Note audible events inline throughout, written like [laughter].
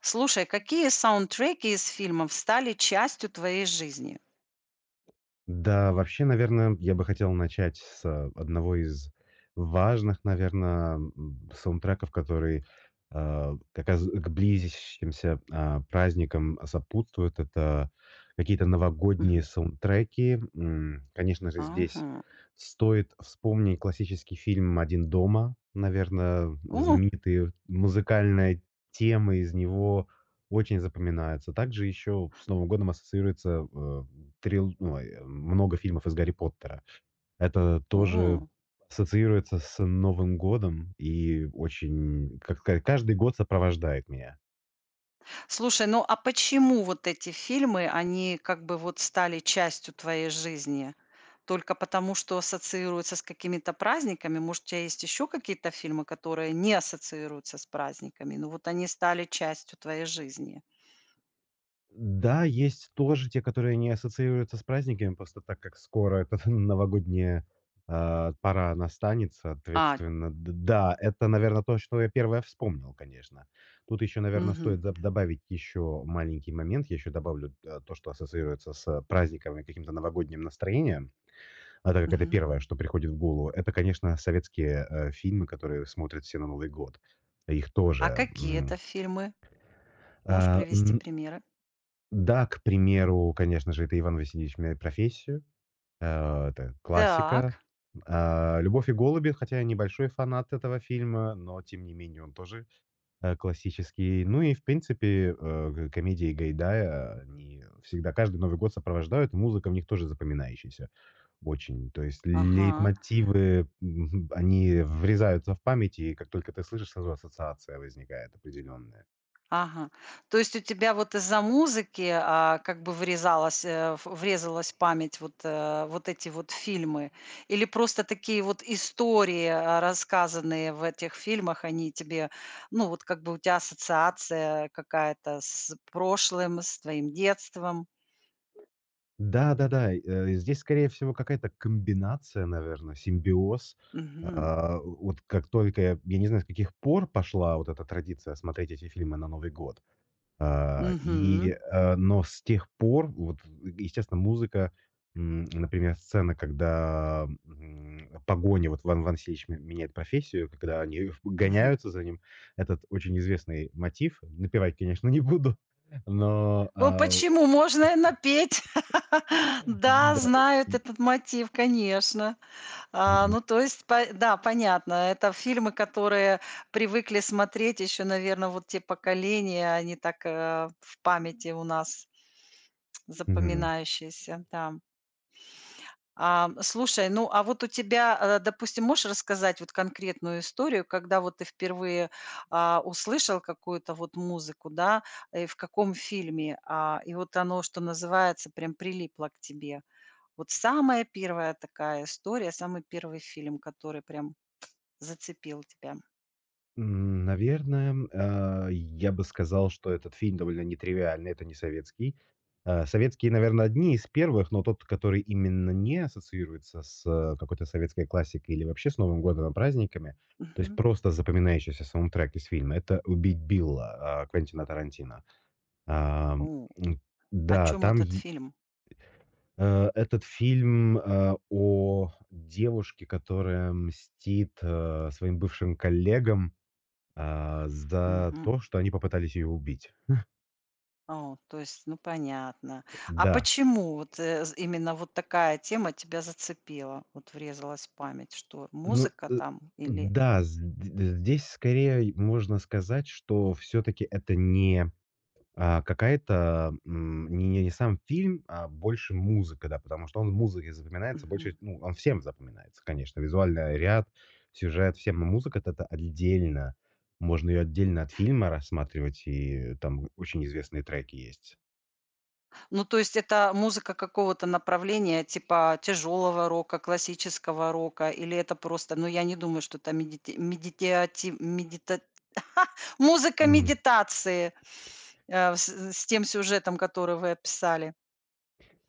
Слушай, какие саундтреки из фильмов стали частью твоей жизни? Да, вообще, наверное, я бы хотел начать с одного из важных, наверное, саундтреков, который, как раз к близящимся, праздникам сопутствует. Это какие-то новогодние Мгм. саундтреки. Конечно же, здесь Ага. стоит вспомнить классический фильм "Один дома". Наверное, О, знаменитые музыкальные темы из него очень запоминаются. Также еще с Новым годом ассоциируется, много фильмов из Гарри Поттера. Это тоже о. ассоциируется с Новым годом и очень, как сказать, каждый год сопровождает меня. Слушай, ну а почему вот эти фильмы, они как бы вот стали частью твоей жизни? Только потому, что ассоциируются с какими-то праздниками? Может, у тебя есть еще какие-то фильмы, которые не ассоциируются с праздниками, но вот они стали частью твоей жизни? Да, есть тоже те, которые не ассоциируются с праздниками, просто так как скоро эта [laughs] новогодняя, пора настанет, А, соответственно. Д да, это, наверное, то, что я первое вспомнил, конечно. Тут еще, наверное, мгм, стоит добавить еще маленький момент. Я еще добавлю, то, что ассоциируется с праздниками каким-то новогодним настроением. А так как это мгм. первое, что приходит в голову, это, конечно, советские, фильмы, которые смотрят все на Новый год. Их тоже, А какие это м, фильмы? Можешь а, привести н примеры? да, к примеру, конечно же, это Иван Васильевич меняет профессию. Это классика. Так, "Любовь и голуби", хотя я небольшой фанат этого фильма, но тем не менее он тоже, классический. Ну и в принципе, к комедии Гайдая, они всегда каждый Новый год сопровождают, и музыка в них тоже запоминающаяся. Очень. То есть ага. лейтмотивы, они врезаются в память, и как только ты слышишь, сразу ассоциация возникает определенная. Ага. То есть у тебя вот из-за музыки, как бы врезалась, в врезалась память вот, вот эти вот фильмы? Или просто такие вот истории, рассказанные в этих фильмах, они тебе, ну, вот как бы у тебя ассоциация какая-то с прошлым, с твоим детством? Да-да-да, здесь, скорее всего, какая-то комбинация, наверное, симбиоз. Мгм. Вот как только, я не знаю, с каких пор пошла вот эта традиция смотреть эти фильмы на Новый год. Мгм. Но с тех пор, вот, естественно, музыка, например, сцена, когда, погоня, вот Ван Сеич ме меняет профессию, когда они [laughs] Мгм. гоняются за ним, этот очень известный мотив. Напевать, конечно, не буду, но, Ну, почему? Можно и напеть. [laughs] Да, да, и знают этот мотив, конечно. А, мгм, ну, то есть, по да, понятно. Это фильмы, которые привыкли смотреть еще, наверное, вот те поколения, они так, в памяти у нас [tsk] мгм. запоминающиеся, да. А, слушай, ну, а вот у тебя, допустим, можешь рассказать вот конкретную историю, когда вот ты впервые, услышал какую-то вот музыку, да, и в каком фильме, и вот оно, что называется, прям прилипло к тебе? Вот самая первая такая история, самый первый фильм, который прям зацепил тебя. Наверное, я бы сказал, что этот фильм довольно нетривиальный, это не советский. Советские, наверное, одни из первых, но тот, который именно не ассоциируется с, какой-то советской классикой или вообще с Новым годом и праздниками, то есть Мгм. просто запоминающийся саундтрек из фильма — это "Убить Билла", Квентина Тарантино. Ам, У, м, о да, чем этот фильм? Этот фильм, о девушке, которая мстит, своим бывшим коллегам, за Мгм. то, что они попытались ее убить. О, то есть, ну, понятно. А Да, почему вот, э, з именно вот такая тема тебя зацепила? Вот врезалась в память, что ну, музыка там или. да, з д здесь скорее можно сказать, что все таки это не, какая-то, не сам фильм, а больше музыка, да, потому что он в музыке запоминается больше, Мгм. ну, он всем запоминается, конечно, визуальный ряд, сюжет, всем. Но музыка — это отдельно, можно ее отдельно от фильма рассматривать, и там очень известные треки есть. Ну, то есть это музыка какого-то направления, типа тяжелого рока, классического рока, или это просто, ну, я не думаю, что это медити медитиати медита [laughs] музыка Мгм. медитации, э, с с тем сюжетом, который вы описали.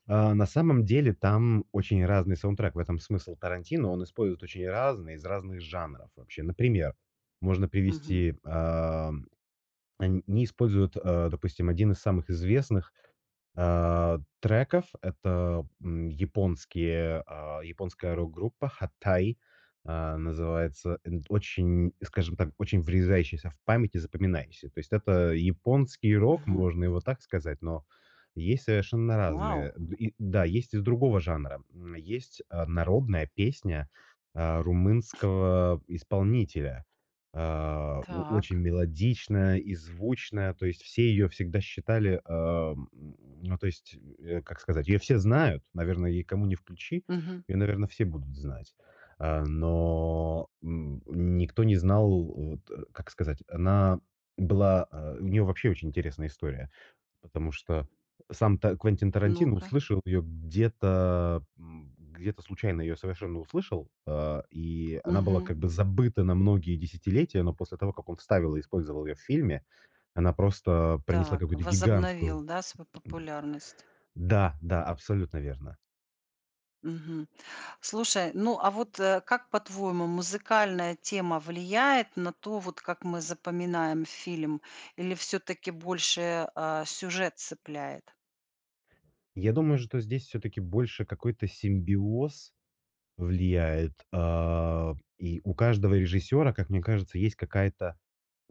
На самом деле там очень разный саундтрек. В этом смысл Тарантино. Он использует очень разные, из разных жанров вообще. Например, можно Мгм. привести, они используют, допустим, один из самых известных, треков. Это, японская рок-группа "Hatay", называется. Н Очень, скажем так, очень врезающийся в память и запоминающийся. То есть это японский рок, Мгм. можно его так сказать, но есть совершенно Вау! разные. Д и Да, есть из другого жанра. Есть, народная песня, румынского исполнителя, о очень Так. мелодичная и звучная. То есть все ее всегда считали, ну, то есть, как сказать, ее все знают. Наверное, ей кому не включи, Мгм. ее, наверное, все будут знать. Но, никто не знал, вот, как сказать, она была, у нее вообще очень интересная история. Потому что сам Та Квентин Тарантино Ну-ка. услышал ее где-то, где-то случайно ее совершенно услышал, и она была Мгм. как бы забыта на многие десятилетия, но после того, как он вставил и использовал ее в фильме, она просто принесла Так, какую-то гигантскую. возобновил, да, свою популярность? Да, да, абсолютно верно. Мгм. Слушай, ну, а вот, как, по-твоему, музыкальная тема влияет на то, вот как мы запоминаем фильм, или все таки больше, сюжет цепляет? Я думаю, что здесь все таки больше какой-то симбиоз влияет, и у каждого режиссера, как мне кажется, есть какая-то,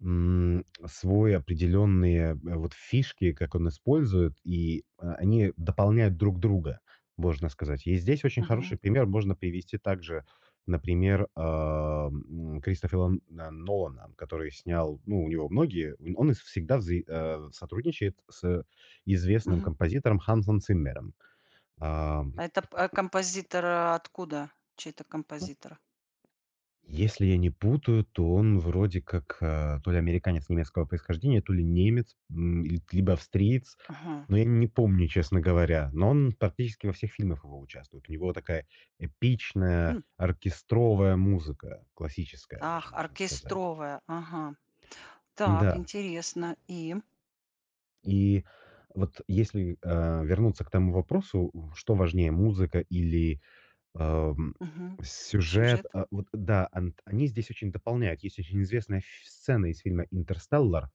свой определенные, вот фишки, как он использует, они дополняют друг друга, можно сказать. И здесь очень Мгм. хороший пример можно привести также, например, Кристофера Нолана, который снял, ну, у него многие, он и всегда сотрудничает с известным Мгм. композитором Хансом Циммером. А это п а композитор, откуда? Чей-то композитор? Если я не путаю, то он вроде как, то ли американец немецкого происхождения, то ли немец, и либо австриец, Ага. но я не помню, честно говоря. Но он практически во всех фильмах его участвует. У него такая Хм. эпичная оркестровая музыка, классическая Ах, даже, можно сказать. оркестровая. Ага. Так, Да, интересно. И? и вот если, вернуться к тому вопросу, что важнее, музыка или Ам, Мгм. сюжет, Сюжет? Вот да, ан они здесь очень дополняют. Есть очень известная ф сцена из фильма "Интерстеллар".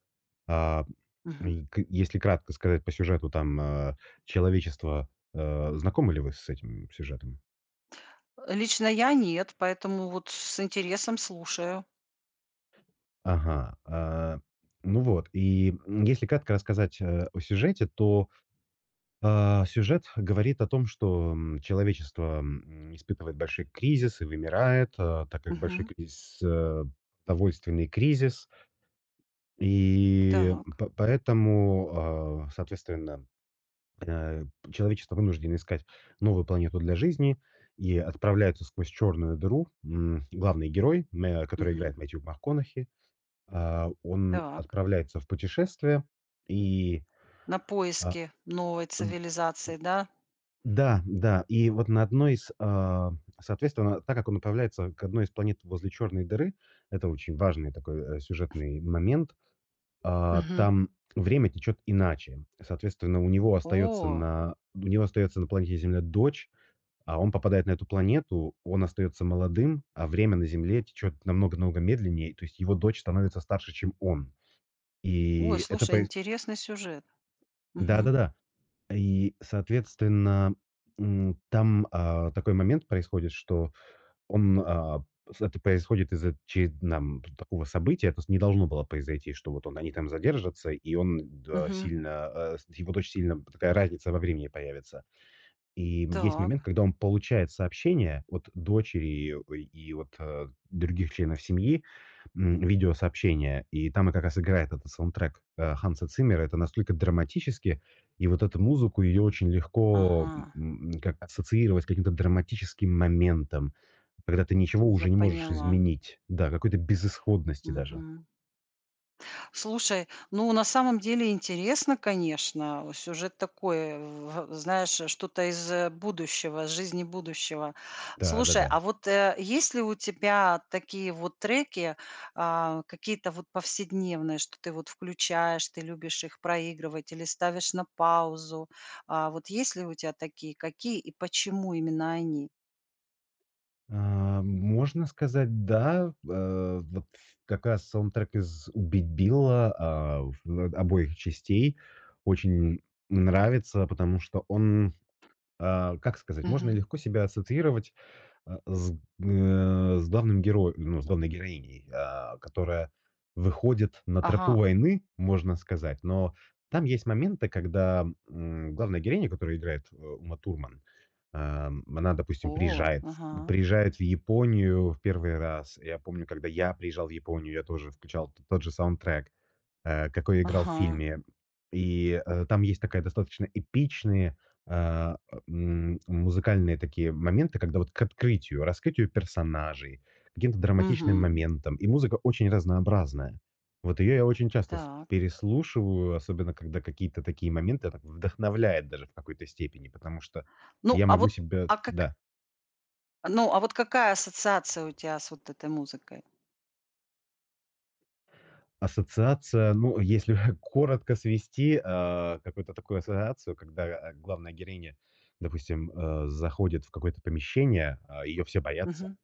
А, Мгм. и к Если кратко сказать по сюжету, там, человечество. Знакомы ли вы с этим сюжетом? Лично я нет, поэтому вот с интересом слушаю. Ага, ну вот, если кратко рассказать, о сюжете, то, сюжет говорит о том, что, человечество, испытывает большой кризис и вымирает, так как большой Мгм. кризис, продовольственный кризис. И Так. по поэтому, соответственно, э, человечество вынуждено искать новую планету для жизни и отправляются сквозь черную дыру. Главный герой, мэ который играет Мгм. Мэтью МакКонахи, он Так. отправляется в путешествие. И, На а, поиске новой д цивилизации, да? да, да, и вот на одной из, соответственно, так как он отправляется к одной из планет возле черной дыры, это очень важный такой, сюжетный момент, Мгм. там время течет иначе. Соответственно, О, у него остается на планете Земля дочь, а он попадает на эту планету, он остается молодым, а время на Земле течет намного-намного медленнее, то есть его дочь становится старше, чем он. ой, И это слушай, проис интересный сюжет. Мгм. Да-да-да. И, соответственно, там, такой момент происходит, что он, с это происходит из-за че нам такого события. Это с не должно было произойти, что вот он они там задержатся, и он, да, Мгм. сильно, а, с его дочь сильно такая разница во времени появится. И есть момент, Так. когда он получает сообщение от дочери и от, других членов семьи, видеосообщение, и там и как раз играет этот саундтрек, Ханса Циммера. Это настолько драматически, и вот эту музыку, ее очень легко, Ага, как ассоциировать с каким-то драматическим моментом, когда ты ничего я уже не можешь поняла. изменить. Да, какой-то безысходности даже. Мгм. Слушай, ну, на самом деле интересно, конечно. Вот сюжет такой, в знаешь, что-то из, будущего, из жизни будущего. Слушай, Да-да-да. а вот, есть ли у тебя такие вот треки, какие-то вот повседневные, что ты вот включаешь, ты любишь их проигрывать или ставишь на паузу? А, вот есть ли у тебя такие? Какие и почему именно они? Можно сказать, да. Вот как раз саундтрек из "Убить Билла", обоих частей очень нравится, потому что он. Как сказать, можно Мгм. легко себя ассоциировать, с главным героем, ну, с главной героиней, которая выходит на тропу Ага. войны, можно сказать. Но там есть моменты, когда, главная героиня, которая играет, Ума Турман, она, допустим, О, приезжает ага, в приезжает в Японию в первый раз. Я помню, когда я приезжал в Японию, я тоже включал т тот же саундтрек, какой играл в ага. фильме. И, там есть такая достаточно эпичные, э, музыкальные такие моменты, когда вот к открытию, раскрытию персонажей, каким-то драматичным Угу, моментам. И музыка очень разнообразная. Вот ее я очень часто так. переслушиваю, особенно когда какие-то такие моменты она вдохновляет даже в какой-то степени, потому что Ну, я а могу вот, себя, а как да, Ну, а вот какая ассоциация у тебя с вот этой музыкой? ассоциация, ну, если [laughs] коротко свести, какую-то такую ассоциацию, когда, главная героиня, допустим, заходит в какое-то помещение, ее все боятся. Мгм.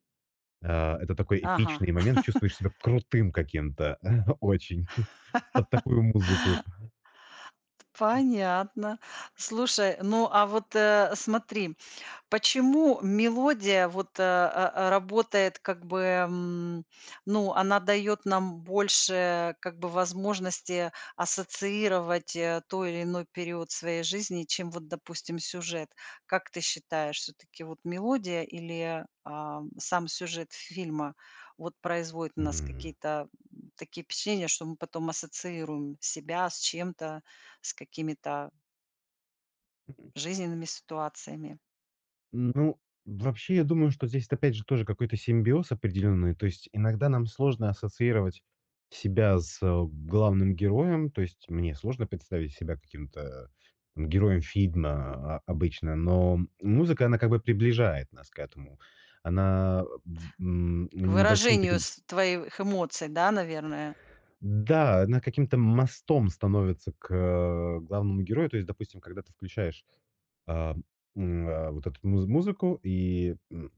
Это такой Ага, эпичный момент, чувствуешь себя крутым каким-то, [laughs] очень, [laughs] под такую музыку. [laughs] понятно. Слушай, ну, а вот, смотри, почему мелодия вот, работает как бы, ну, она дает нам больше как бы возможности ассоциировать, той или иной период своей жизни, чем вот, допустим, сюжет? Как ты считаешь, все таки вот мелодия или, сам сюжет фильма вот производит на нас М, какие-то, такие впечатления, что мы потом ассоциируем себя с чем-то, с какими-то жизненными ситуациями? ну, вообще, я думаю, что здесь, опять же, тоже какой-то симбиоз определенный. То есть иногда нам сложно ассоциировать себя с, главным героем. То есть мне сложно представить себя каким-то там героем фильма, обычно, но музыка, она как бы приближает нас к этому. Она, К небольшим выражению таким. с твоих эмоций, да, наверное? Да, она каким-то мостом становится к, главному герою. То есть, допустим, когда ты включаешь, а, вот эту музыку, и,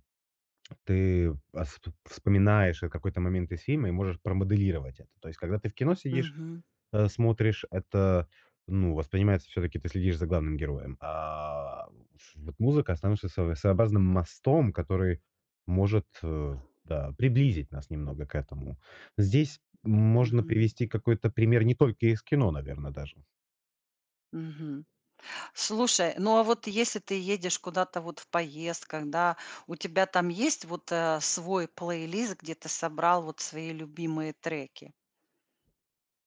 ты ас вспоминаешь, какой-то момент из фильма и можешь промоделировать это. То есть, когда ты в кино сидишь, Мгм, смотришь, это, ну, воспринимается все таки ты следишь за главным героем. А вот музыка становится своего своеобразным мостом, который может, да, приблизить нас немного к этому. Здесь можно мгм, привести какой-то пример не только из кино, наверное, даже. мгм. Слушай, ну а вот если ты едешь куда-то вот в поездках, да, у тебя там есть вот, свой плейлист, где ты собрал вот свои любимые треки?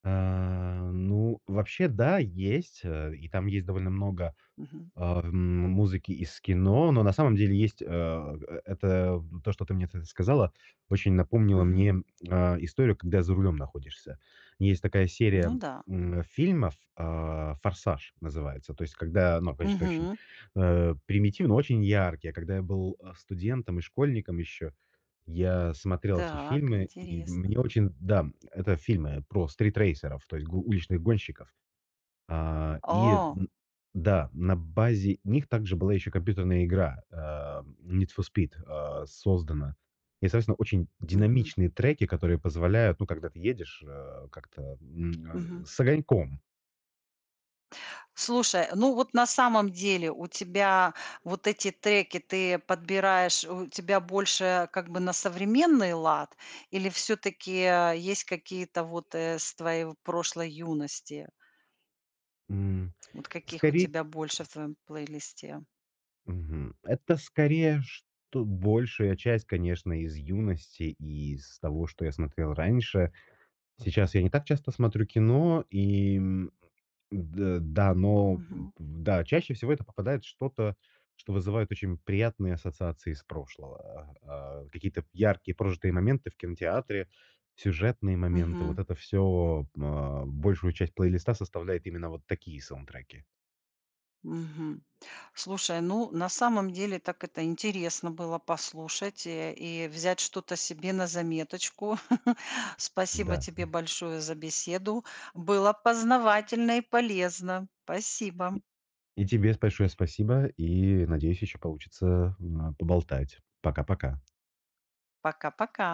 Ну, вообще, да, есть, и там есть довольно много, Мгм, музыки из кино, но на самом деле есть, это то, что ты мне т сказала, очень напомнило мгм. мне, историю, когда за рулем находишься. Есть такая серия, Ну да. Фильмов, "Форсаж" называется. То есть когда, ну, конечно, очень, Мгм. Примитивно, очень яркие. Когда я был, студентом и школьником еще, я смотрел эти Так, фильмы, и интересно. мне очень да, это фильмы про стритрейсеров, то есть гу уличных гонщиков. А, и, О, да, на базе них также была еще компьютерная игра, Need for Speed, создана. И, соответственно, очень мгм, динамичные треки, которые позволяют, ну, когда ты едешь, как-то, мгм. С огоньком. Слушай, ну вот на самом деле у тебя вот эти треки ты подбираешь, у тебя больше как бы на современный лад или все-таки есть какие-то вот с твоей прошлой юности? М, Вот каких у Скорей тебя больше в твоем плейлисте? мгм. Это скорее, что большая часть, конечно, из юности и из того, что я смотрел раньше. Сейчас я не так часто смотрю кино, и, м, д да, но, Мгм. да, чаще всего это попадает что-то, что вызывает очень приятные ассоциации из прошлого. Какие-то яркие прожитые моменты в кинотеатре, сюжетные моменты. Вот Мгм. это все большую часть плейлиста составляет именно вот такие саундтреки. Мгм. Слушай, ну, на самом деле так это интересно было послушать, и взять что-то себе на заметочку. [laughs] Спасибо Да. тебе большое за беседу. Было познавательно и полезно. Спасибо. И тебе большое спасибо, и, надеюсь, еще получится, поболтать. Пока-пока. Пока-пока.